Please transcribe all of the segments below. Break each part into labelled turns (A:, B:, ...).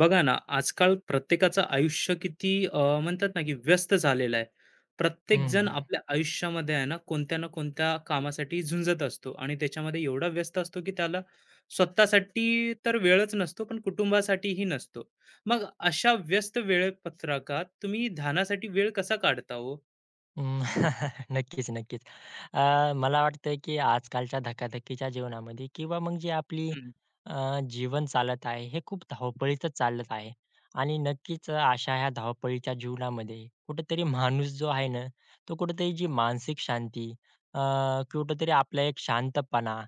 A: बघा ना, आजकाल प्रत्येकाचं आयुष्य किती म्हणतात ना, की व्यस्त झालेलं आहे.
B: हं,
A: प्रत्येकजण
B: हं.
A: आपल्या आयुष्यामध्ये आहे ना, कोणत्या ना कोणत्या कामासाठी झुंजत असतो आणि त्याच्यामध्ये एवढा व्यस्त असतो, की त्याला स्वतःसाठी तर वेळच नसतो, पण कुटुंबासाठीही नसतो. मग अशा व्यस्त वेळपत्रकात तुम्ही ध्यानासाठी वेळ कसा काढता हो?
B: नक्कीच, नक्कीच. मला वाटतं की आजकालच्या धकाधकीच्या जीवनामध्ये किंवा मग जी आपली
A: हं,
B: जीवन चालत आहे, हे खूप धावपळीतच चालत आहे. आणि नक्कीच अशा ह्या धावपळीच्या जीवनामध्ये कुठेतरी माणूस जो आहे ना, तो कुठेतरी जी मानसिक शांती, अ, कुठेतरी आपला एक शांतपणा,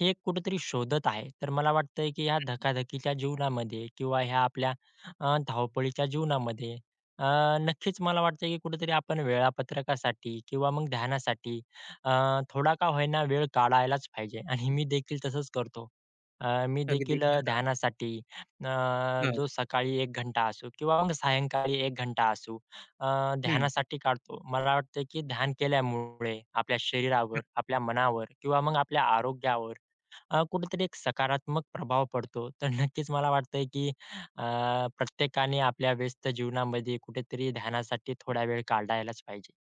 B: हे कुठेतरी शोधत आहे. तर मला वाटतंय की ह्या धकाधकीच्या जीवनामध्ये किंवा ह्या आपल्या धावपळीच्या जीवनामध्ये अ, नक्कीच मला वाटतं की कुठेतरी आपण वेळापत्रकासाठी किंवा मग ध्यानासाठी अ, थोडा का होईना वेळ काढायलाच पाहिजे आणि मी देखील तसंच करतो. मी
A: अगदी
B: देखील
A: खरं.
B: ध्यानासाठी अ,
A: हां,
B: जो सकाळी 1 घंटा असो किंवा मग सायंकाळी 1 घंटा असो, अ,
A: हं.
B: ध्यानासाठी काढतो. मला वाटतं की ध्यान केल्यामुळे आपल्या शरीरावर, आपल्या मनावर किंवा मग आपल्या आरोग्यावर कुठेतरी एक सकारात्मक प्रभाव पडतो. तर नक्कीच मला वाटतंय, की प्रत्येकाने आपल्या व्यस्त जीवनामध्ये कुठेतरी ध्यानासाठी थोडा वेळ काढायलाच पाहिजे.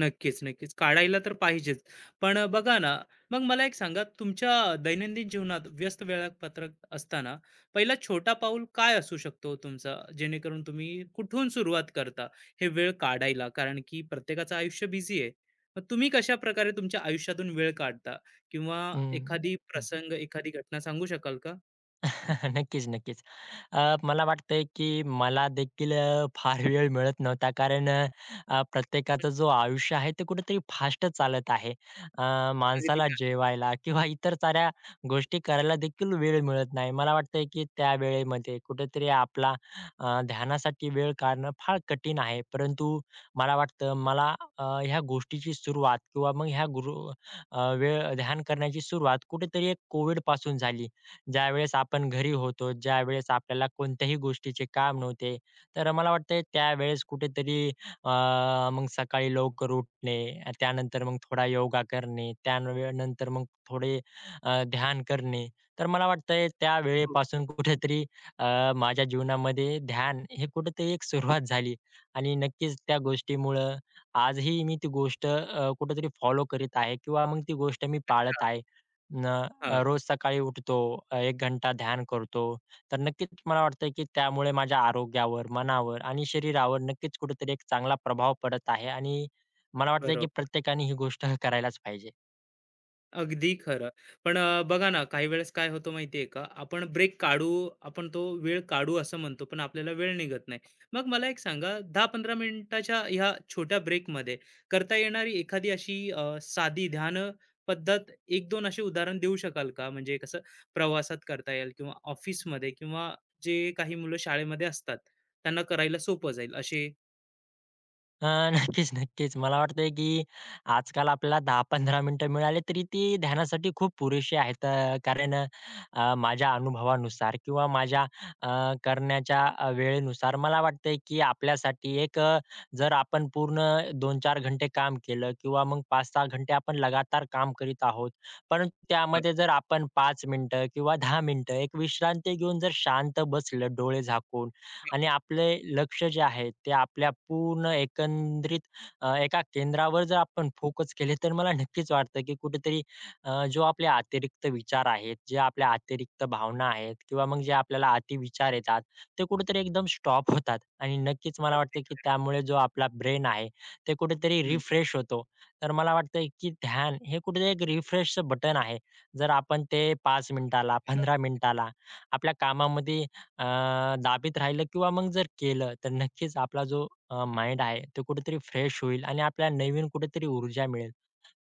A: नक्कीच, नक्कीच. काढायला तर पाहिजेच. पण बघा ना, मग मला एक सांगा, तुमच्या दैनंदिन जीवनात व्यस्त वेळापत्रक असताना पहिला छोटा पाऊल काय असू शकतो तुमचा, जेणेकरून तुम्ही कुठून सुरुवात करता, हे वेळ काढायला? कारण की प्रत्येकाचं आयुष्य बिझी आहे. मग तुम्ही कशाप्रकारे तुमच्या आयुष्यातून वेळ काढता? किंवा
B: हं.
A: एखादी
B: हं.
A: प्रसंग, एखादी घटना सांगू शकाल का?
B: नक्कीच, नक्कीच. मला वाटतंय की मला देखील फार वेळ मिळत नव्हता कारण प्रत्येकाचा जो आयुष्य आहे ते कुठेतरी फास्ट चालत आहे. अ,
A: अगदी.
B: माणसाला जेवायला किंवा इतर साऱ्या गोष्टी करायला देखील वेळ मिळत नाही. मला वाटतंय की त्या वेळेमध्ये कुठेतरी आपला ध्यानासाठी वेळ काढणं फार कठीण आहे. परंतु मला वाटतं मला ह्या गोष्टीची सुरुवात किंवा मग वेळ ध्यान करण्याची सुरुवात कुठेतरी एक कोविडपासून झाली. ज्यावेळेस आपण घरी होतो, ज्यावेळेस आपल्याला कोणत्याही गोष्टीचे काम नव्हते, तर मला वाटतंय त्यावेळेस कुठेतरी अ, मग सकाळी लवकर उठणे, त्यानंतर मग थोडा योगा करणे, त्यानंतर मग थोडे ध्यान करणे. तर मला वाटतंय त्या
A: हो.
B: वेळेपासून कुठेतरी अ, माझ्या जीवनामध्ये ध्यान हे कुठेतरी एक सुरुवात झाली आणि नक्कीच त्या गोष्टीमुळं आजही मी ती गोष्ट कुठेतरी फॉलो करीत आहे किंवा मग ती गोष्ट मी पाळत
A: अच्छा.
B: आहे. न
A: हां.
B: रोज सकाळी उठतो, 1 घंटा ध्यान करतो. तर नक्कीच मला वाटतं, की त्यामुळे माझ्या आरोग्यावर, मनावर आणि शरीरावर नक्कीच कुठेतरी एक चांगला प्रभाव पडत आहे आणि मला वाटतं, की
A: बरोबर.
B: प्रत्येकाने ही गोष्ट करायलाच पाहिजे.
A: अगदी खरं. पण बघा ना, काही वेळेस काय होतं माहितीये का, आपण ब्रेक काढू, आपण तो वेळ काढू असं म्हणतो, पण आपल्याला वेळ निघत नाही. मग मला एक सांगा, 10-15 मिनिटाच्या ह्या छोट्या ब्रेकमध्ये करता येणारी एखादी अशी साधी ध्यान पद्धत 1-2 असे उदाहरण देऊ शकाल का? म्हणजे कसं प्रवासात करता येईल किंवा ऑफिसमध्ये किंवा जे काही मुलं शाळेमध्ये असतात, त्यांना करायला सोपं जाईल असे?
B: अ, नक्कीच, नक्कीच. मला वाटतंय, की आजकाल आपल्याला 10-15 मिनिटं मिळाली तरी ती ध्यानासाठी खूप पुरेशी आहेत. कारण माझ्या अनुभवानुसार किंवा माझ्या अ, करण्याच्या वेळेनुसार मला वाटतंय, की आपल्यासाठी जर आपण पूर्ण 2 चार घंटे काम केलं किंवा मग 5-6 घंटे आपण लगातार काम करीत आहोत. परंतु
A: हां.
B: त्यामध्ये जर आपण 5 मिनिटं किंवा 10 मिनिटं एक विश्रांती घेऊन जर शांत बसलं डोळे झाकून आणि आपले लक्ष जे आहे ते आपल्या पूर्ण एकंदरीत एका केंद्रावर जर आपण फोकस केले तर मला नक्कीच वाटतं, की कुठेतरी जो आपले अतिरिक्त विचार आहेत, जे आपल्या अतिरिक्त भावना आहेत किंवा मग जे आपल्याला अतिविचार येतात, ते कुठेतरी एकदम स्टॉप होतात आणि नक्कीच मला वाटतं, की त्यामुळे जो आपला ब्रेन आहे, ते कुठेतरी
A: हं.
B: रिफ्रेश होतो. तर मला वाटतं, की ध्यान हे कुठेतरी एक रिफ्रेशचं बटन आहे. जर आपण ते 5 मिनिटाला, 15 मिनिटाला आपल्या कामामध्ये अ, दाबीत राहिलं किंवा मग जर केलं, तर नक्कीच आपला जो माइंड आहे, तो कुठेतरी फ्रेश होईल आणि आपल्याला नवीन कुठेतरी ऊर्जा मिळेल.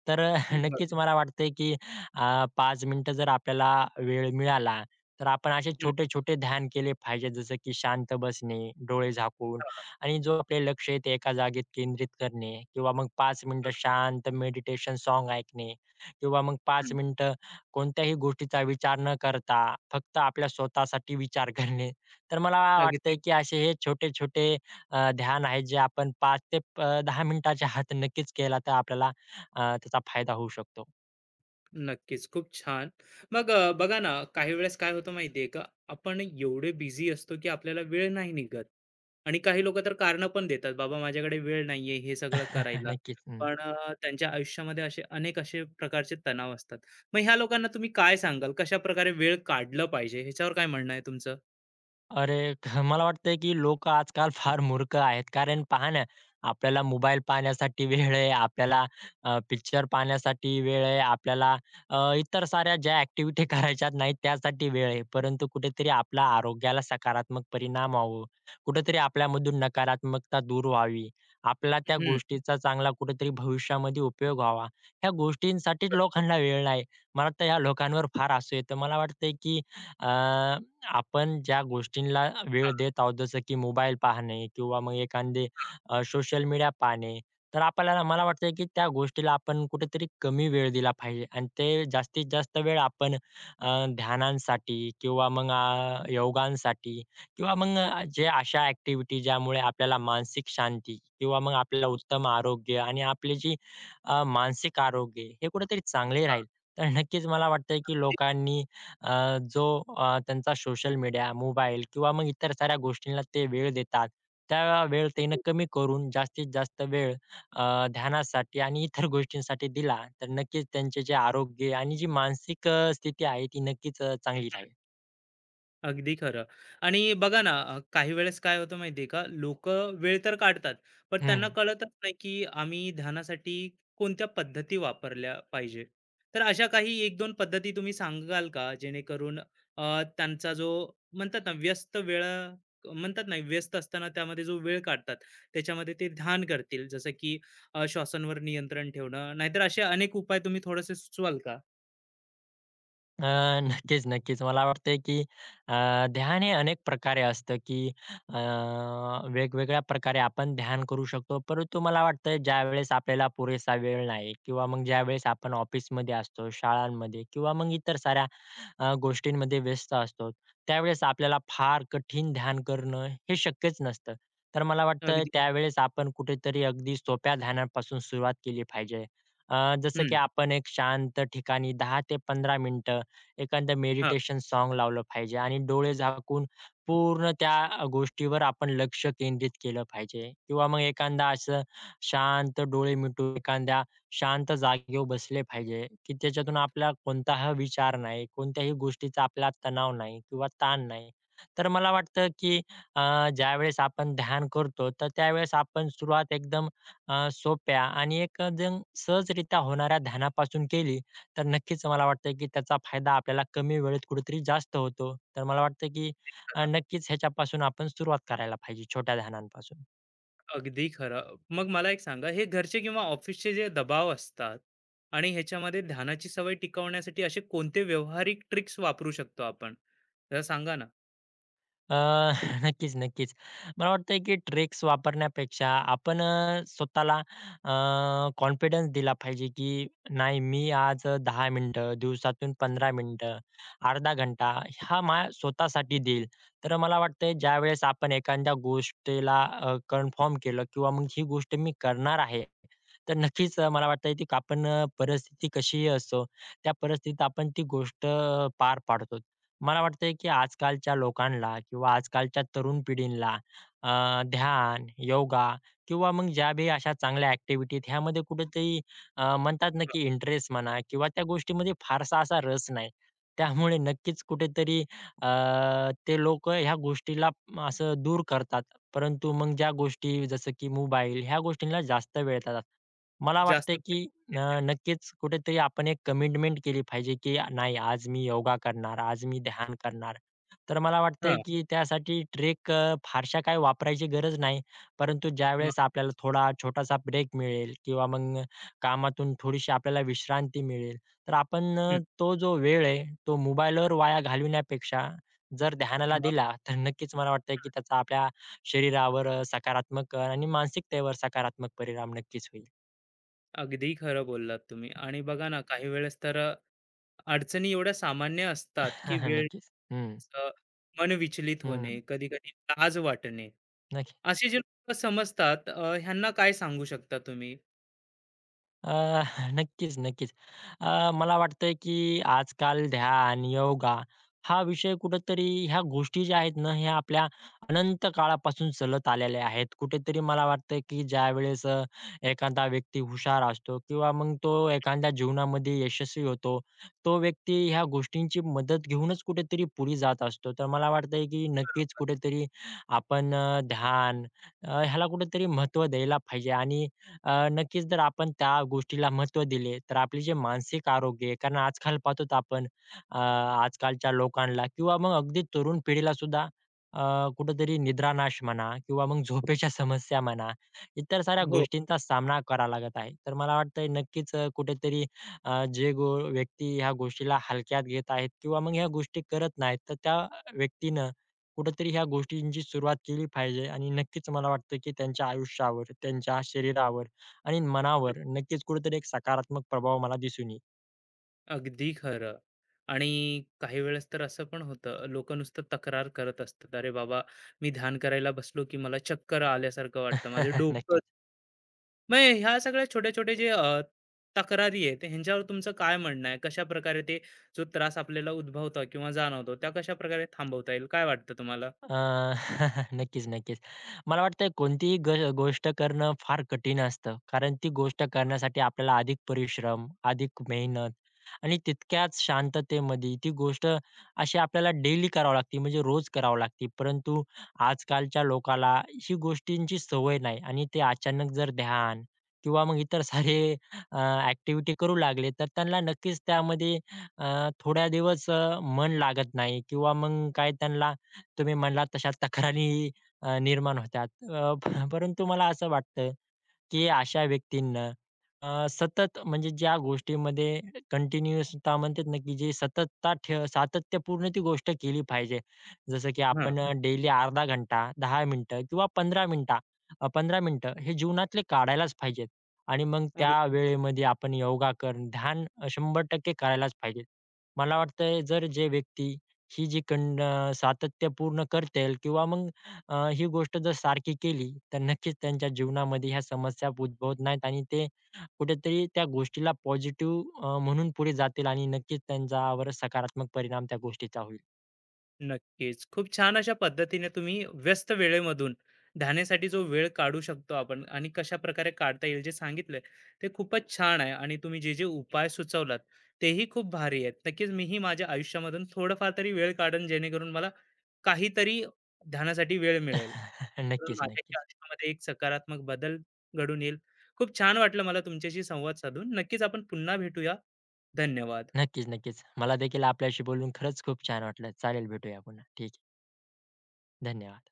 B: तर
A: बरं.
B: नक्कीच मला वाटतंय की 5 मिनिटं जर आपल्याला वेळ मिळाला, तर आपण असे
A: हं.
B: छोटे-छोटे ध्यान केले पाहिजे. जसं की शांत बसणे, डोळे झाकून
A: हां,
B: आणि जो आपले लक्ष आहे ते एका जागेत केंद्रित करणे किंवा मग 5 मिनिटं
A: बरं.
B: शांत मेडिटेशन सॉन्ग ऐकणे किंवा मग 5
A: हं.
B: मिनिटं कोणत्याही गोष्टीचा विचार न करता फक्त आपल्या स्वतःसाठी विचार करणे. तर मला
A: अगदी.
B: वाटतंय की असे हे छोटे-छोटे ध्यान आहेत जे आपण 5 ते 10 मिनिटाच्या आत नक्कीच केला तर आपल्याला त्याचा फायदा होऊ शकतो.
A: नक्कीच, खूप छान. मग बघा ना, काही वेळेस काय होतं माहिती आहे का, आपण एवढे बिझी असतो, की आपल्याला वेळ नाही निघत आणि काही लोकं तर कारणं पण देतात, "बाबा, माझ्याकडे वेळ नाहीये हे सगळं करायला."
B: नक्कीच. हं.
A: पण त्यांच्या आयुष्यामध्ये असे अनेक असे प्रकारचे तणाव असतात. मग ह्या लोकांना तुम्ही काय सांगाल, कशाप्रकारे वेळ काढलं पाहिजे? ह्याच्यावर काय म्हणणं आहे तुमचं?
B: अरे, मला वाटतंय की लोक आजकाल फार मूर्ख आहेत. कारण पहा ना, आपल्याला मोबाईल पाहण्यासाठी वेळ आहे, आपल्याला पिक्चर पाहण्यासाठी वेळ आहे, आपल्याला इतर साऱ्या ज्या ॲक्टिव्हिटी करायच्या नाहीत त्यासाठी वेळ आहे. परंतु कुठेतरी आपल्या आरोग्याला सकारात्मक परिणाम व्हावं, कुठेतरी आपल्यामधून नकारात्मकता दूर व्हावी, आपल्याला त्या
A: हं.
B: गोष्टीचा चांगला कुठेतरी भविष्यामध्ये उपयोग व्हावा, ह्या गोष्टींसाठीच लोकांना वेळ नाही. मला तर ह्या लोकांवर फार हसू येतं. मला वाटतंय की आपण ज्या गोष्टींना वेळ देत आहोत, जसं की मोबाईल पाहणे किंवा मग एखादे सोशल मीडिया पाहणे, तर आपल्याला मला वाटतंय की त्या गोष्टीला आपण कुठेतरी कमी वेळ दिला पाहिजे आणि ते जास्तीत जास्त वेळ आपण अ, ध्यानांसाठी किंवा मग योगांसाठी किंवा मग जे अशा ॲक्टिव्हिटी ज्यामुळे आपल्याला मानसिक शांती किंवा मग आपल्याला उत्तम आरोग्य आणि आपली जी मानसिक आरोग्य हे कुठेतरी चांगले राहील. तर नक्कीच मला वाटतंय की लोकांनी अ, जो त्यांचा सोशल मीडिया, मोबाईल किंवा मग इतर साऱ्या गोष्टींना ते वेळ देतात. त्या वेळ त्यांनी कमी करून जास्तीत जास्त वेळ ध्यानासाठी आणि इतर गोष्टींसाठी दिला, तर नक्कीच त्यांचे जे आरोग्य आणि जी मानसिक स्थिती आहे ती नक्कीच चांगली राहील.
A: अगदी खरं. आणि बघा ना, काही वेळेस काय होतं माहिती आहे का, लोकं वेळ तर काढतात, पण त्यांना
B: हं,
A: कळतच नाही, की आम्ही ध्यानासाठी कोणत्या पद्धती वापरल्या पाहिजे. तर अशा काही एक दोन पद्धती तुम्ही सांगाल का? जेणेकरून अ, त्यांचा जो म्हणतात ना, व्यस्त वेळा म्हणतात ना, व्यस्त असताना त्यामध्ये जो वेळ काढतात, त्याच्यामध्ये ते ध्यान करतील. जसं की श्वासांवर नियंत्रण ठेवणं, नाहीतर असे अनेक उपाय तुम्ही थोडेसे सुचवाल का?
B: अ, नक्कीच, नक्कीच. मला वाटतंय, की अ, ध्यान हे अनेक प्रकारे असतं, की अ, वेगवेगळ्या प्रकारे आपण ध्यान करू शकतो. परंतु मला वाटतं ज्यावेळेस आपल्याला पुरेसा वेळ नाही किंवा मग ज्यावेळेस आपण ऑफिसमध्ये असतो, शाळांमध्ये किंवा मग इतर साऱ्या गोष्टींमध्ये व्यस्त असतो, त्यावेळेस आपल्याला फार कठीण ध्यान करणं हे शक्यच नसतं. तर मला वाटतं
A: अगदी
B: त्यावेळेस आपण कुठेतरी अगदी सोप्या ध्यानापासून सुरुवात केली पाहिजे. अ, जसं की
A: हं.
B: आपण एक शांत ठिकाणी 10 ते 15 मिनिटं एखादं
A: हां.
B: मेडिटेशन सॉन्ग लावलं पाहिजे आणि डोळे झाकून पूर्ण त्या गोष्टीवर आपण लक्ष केंद्रित केलं पाहिजे किंवा मग एखादा असं शांत डोळे मिटून एखाद्या शांत जागेवर बसले पाहिजे, की त्याच्यातून आपला कोणताही विचार नाही, कोणत्याही गोष्टीचा आपला तणाव नाही किंवा ताण नाही. तर मला वाटतं, की अ, ज्यावेळेस आपण ध्यान करतो, तर त्यावेळेस आपण सुरुवात एकदम सोप्या आणि एकदम सहजरित्या होणाऱ्या ध्यानापासून केली, तर नक्कीच मला वाटतं की त्याचा फायदा आपल्याला कमी वेळेत कुठेतरी जास्त होतो. तर मला वाटतं की नक्कीच ह्याच्यापासून आपण सुरुवात करायला पाहिजे छोट्या ध्यानांपासून.
A: अगदी खरं. मग मला एक सांगा, हे घरचे किंवा ऑफिसचे जे दबाव असतात आणि ह्याच्यामध्ये ध्यानाची सवय टिकवण्यासाठी असे कोणते व्यावहारिक ट्रिक्स वापरू शकतो आपण? जरा सांगा ना.
B: अ, नक्कीच, नक्कीच. मला वाटतंय की ट्रिक्स वापरण्यापेक्षा आपण स्वतःला अ, कॉन्फिडन्स दिला पाहिजे, की नाही मी आज 10 मिनिटं, दिवसातून 15 मिनिटं, अर्धा घंटा हा माझ्या स्वतःसाठी देईल. तर मला वाटतंय ज्यावेळेस आपण एखाद्या गोष्टीला कन्फर्म केलं किंवा मग ही गोष्ट मी करणार आहे, तर नक्कीच मला वाटतंय, की आपण परिस्थिती कशीही असो, त्या परिस्थितीत आपण ती गोष्ट पार पाडतो. मला वाटतंय की आजकालच्या लोकांना किंवा आजकालच्या तरुण पिढीला अ, ध्यान, योगा किंवा मग ज्या बी अशा चांगल्या ॲक्टिव्हिटी आहेत ह्यामध्ये कुठेतरी म्हणतात ना की इंटरेस्ट म्हणा किंवा त्या गोष्टीमध्ये फारसा असा रस नाही. त्यामुळे नक्कीच कुठेतरी अ, ते लोकं ह्या गोष्टीला असं दूर करतात. परंतु मग ज्या गोष्टी जसं की मोबाईल ह्या गोष्टींना जास्त वेळ देतात. मला
A: जास्त
B: वाटतंय की न नक्कीच कुठेतरी आपण एक कमिटमेंट केली पाहिजे, की नाही आज मी योगा करणार, आज मी ध्यान करणार. तर मला वाटतंय,
A: हां.
B: की त्यासाठी ट्रेक फारशा काही वापरायची गरज नाही. परंतु
A: मग
B: ज्यावेळेस आपल्याला थोडा छोटासा ब्रेक मिळेल किंवा मग कामातून थोडीशी आपल्याला विश्रांती मिळेल, तर आपण
A: हं.
B: तो जो वेळ आहे, तो मोबाईलवर वाया घालविण्यापेक्षा जर ध्यानाला
A: मग
B: दिला, तर नक्कीच मला वाटतंय, की त्याचा आपल्या शरीरावर सकारात्मक आणि मानसिकतेवर सकारात्मक परिणाम नक्कीच होईल.
A: अगदी खरं बोललात तुम्ही आणि बघा ना, काही वेळेस तर अडचणी एवढ्या सामान्य असतात, की वेळ
B: नक्कीच. हं.
A: अ, मन विचलित
B: हं,
A: होणे, कधी-कधी लाज वाटणे.
B: नक्की.
A: असे जे लोकं समजतात ह्यांना काय सांगू शकता तुम्ही?
B: अ, नक्कीच, नक्कीच. मला वाटतंय की आजकाल ध्यान, योगा हा विषय कुठेतरी ह्या गोष्टी ज्या आहेत ना, ह्या आपल्या अनंत काळापासून चालत आलेल्या आहेत. कुठेतरी मला वाटतं की ज्यावेळेस एखादा व्यक्ती हुशार असतो किंवा मग तो एखाद्या जीवनामध्ये यशस्वी होतो, तो व्यक्ती ह्या गोष्टींची मदत घेऊनच कुठेतरी पुढे जात असतो. तर मला वाटतंय की नक्कीच कुठेतरी आपण ध्यान ह्याला कुठेतरी महत्त्व द्यायला पाहिजे आणि नक्कीच जर आपण त्या गोष्टीला महत्त्व दिले, तर आपले जे मानसिक आरोग्य आहे, कारण आजकाल पाहतोच आपण आजकालच्या लोकांना किंवा मग अगदी तरुण पिढीला सुद्धा अ, कुठेतरी निद्रानाश म्हणा किंवा मग झोपेच्या समस्या म्हणा, इतर साऱ्या
A: हो.
B: गोष्टींचा सामना करावा लागत आहे. तर मला वाटतंय नक्कीच कुठेतरी अ, जे गो व्यक्ती ह्या गोष्टीला हलक्यात घेत आहेत किंवा मग ह्या गोष्टी करत नाहीत, तर त्या व्यक्तीनं कुठेतरी ह्या गोष्टींची सुरुवात केली पाहिजे आणि नक्कीच मला वाटतं, की त्यांच्या आयुष्यावर, त्यांच्या शरीरावर आणि मनावर नक्कीच कुठेतरी एक सकारात्मक प्रभाव मला दिसून येईल.
A: अगदी खरं. आणि काही वेळेस तर असं पण होतं, लोकं नुसतं तक्रार करत असतात. "अरे बाबा, मी ध्यान करायला बसलो, की मला चक्कर आल्यासारखं वाटतं, माझं डोकं."
B: नक्कीच.
A: मग ह्या सगळ्या छोट्या-छोट्या जे तक्रारी आहेत, ह्यांच्यावर तुमचं काय म्हणणं आहे? कशाप्रकारे ते जो त्रास आपल्याला उद्भवतो किंवा जाणवतो, त्या कशाप्रकारे थांबवता येईल? काय वाटतं तुम्हाला?
B: अ, नक्कीच, नक्कीच. मला वाटतंय कोणतीही गोष्ट करणं फार कठीण असतं. कारण ती गोष्ट करण्यासाठी आपल्याला अधिक परिश्रम, अधिक मेहनत आणि तितक्याच शांततेमध्ये ती गोष्ट अशी आपल्याला डेली करावी लागते, म्हणजे रोज करावी लागते. परंतु आजकालच्या लोकाला ही गोष्टींची सवय नाही आणि ते अचानक जर ध्यान किंवा मग इतर सारे अ, करू लागले, तर त्यांना नक्कीच त्यामध्ये थोड्या दिवस मन लागत नाही किंवा मग काय त्यांना तुम्ही म्हणलात तशा तक्रारी निर्माण होतात. परंतु मला असं वाटतं, की अशा व्यक्तींना सतत म्हणजे ज्या गोष्टीमध्ये कंटिन्यूअसता म्हणतात ना, की जे सततता ठेव सातत्यपूर्ण ती गोष्ट केली पाहिजे. जसं की
A: हां.
B: आपण डेली अर्धा घंटा, 10 मिनिटं किंवा 15 मिनिटं हे जीवनातले काढायलाच पाहिजेत. आणि मग त्या वेळेमध्ये आपण योगा करणं, ध्यान 100% करायलाच पाहिजे. मला वाटतंय जर जे व्यक्ती ही जी कंड सातत्यपूर्ण करतील किंवा मग ही गोष्ट जर सारखी केली, तर नक्कीच त्यांच्या जीवनामध्ये ह्या समस्या उद्भवत नाहीत आणि ते कुठेतरी त्या गोष्टीला पॉझिटिव्ह म्हणून पुढे जातील आणि नक्कीच त्यांच्यावर सकारात्मक परिणाम त्या गोष्टीचा होईल.
A: नक्कीच. खूप छान अशा पद्धतीने तुम्ही व्यस्त वेळेमधून ध्यानासाठी जो वेळ काढू शकतो आपण आणि कशा प्रकारे काढता येईल जे सांगितलंय ते खूपच छान आहे आणि तुम्ही जे जे उपाय सुचवलात तेही खूप भारी आहेत. नक्कीच मीही माझ्या आयुष्यामधून थोडंफार तरी वेळ काढेन जेणेकरून मला काहीतरी ध्यानासाठी वेळ मिळेल. तर
B: नक्कीच,
A: माझ्याही
B: नक्कीच.
A: आयुष्यामध्ये एक सकारात्मक बदल घडून येईल. खूप छान वाटलं मला तुमच्याशी संवाद साधून. नक्कीच आपण पुन्हा भेटूया. धन्यवाद.
B: नक्कीच, नक्कीच. मला देखील आपल्याशी बोलून खरंच खूप छान वाटलं. चालेल, भेटूया पुन्हा. ठीक आहे. धन्यवाद.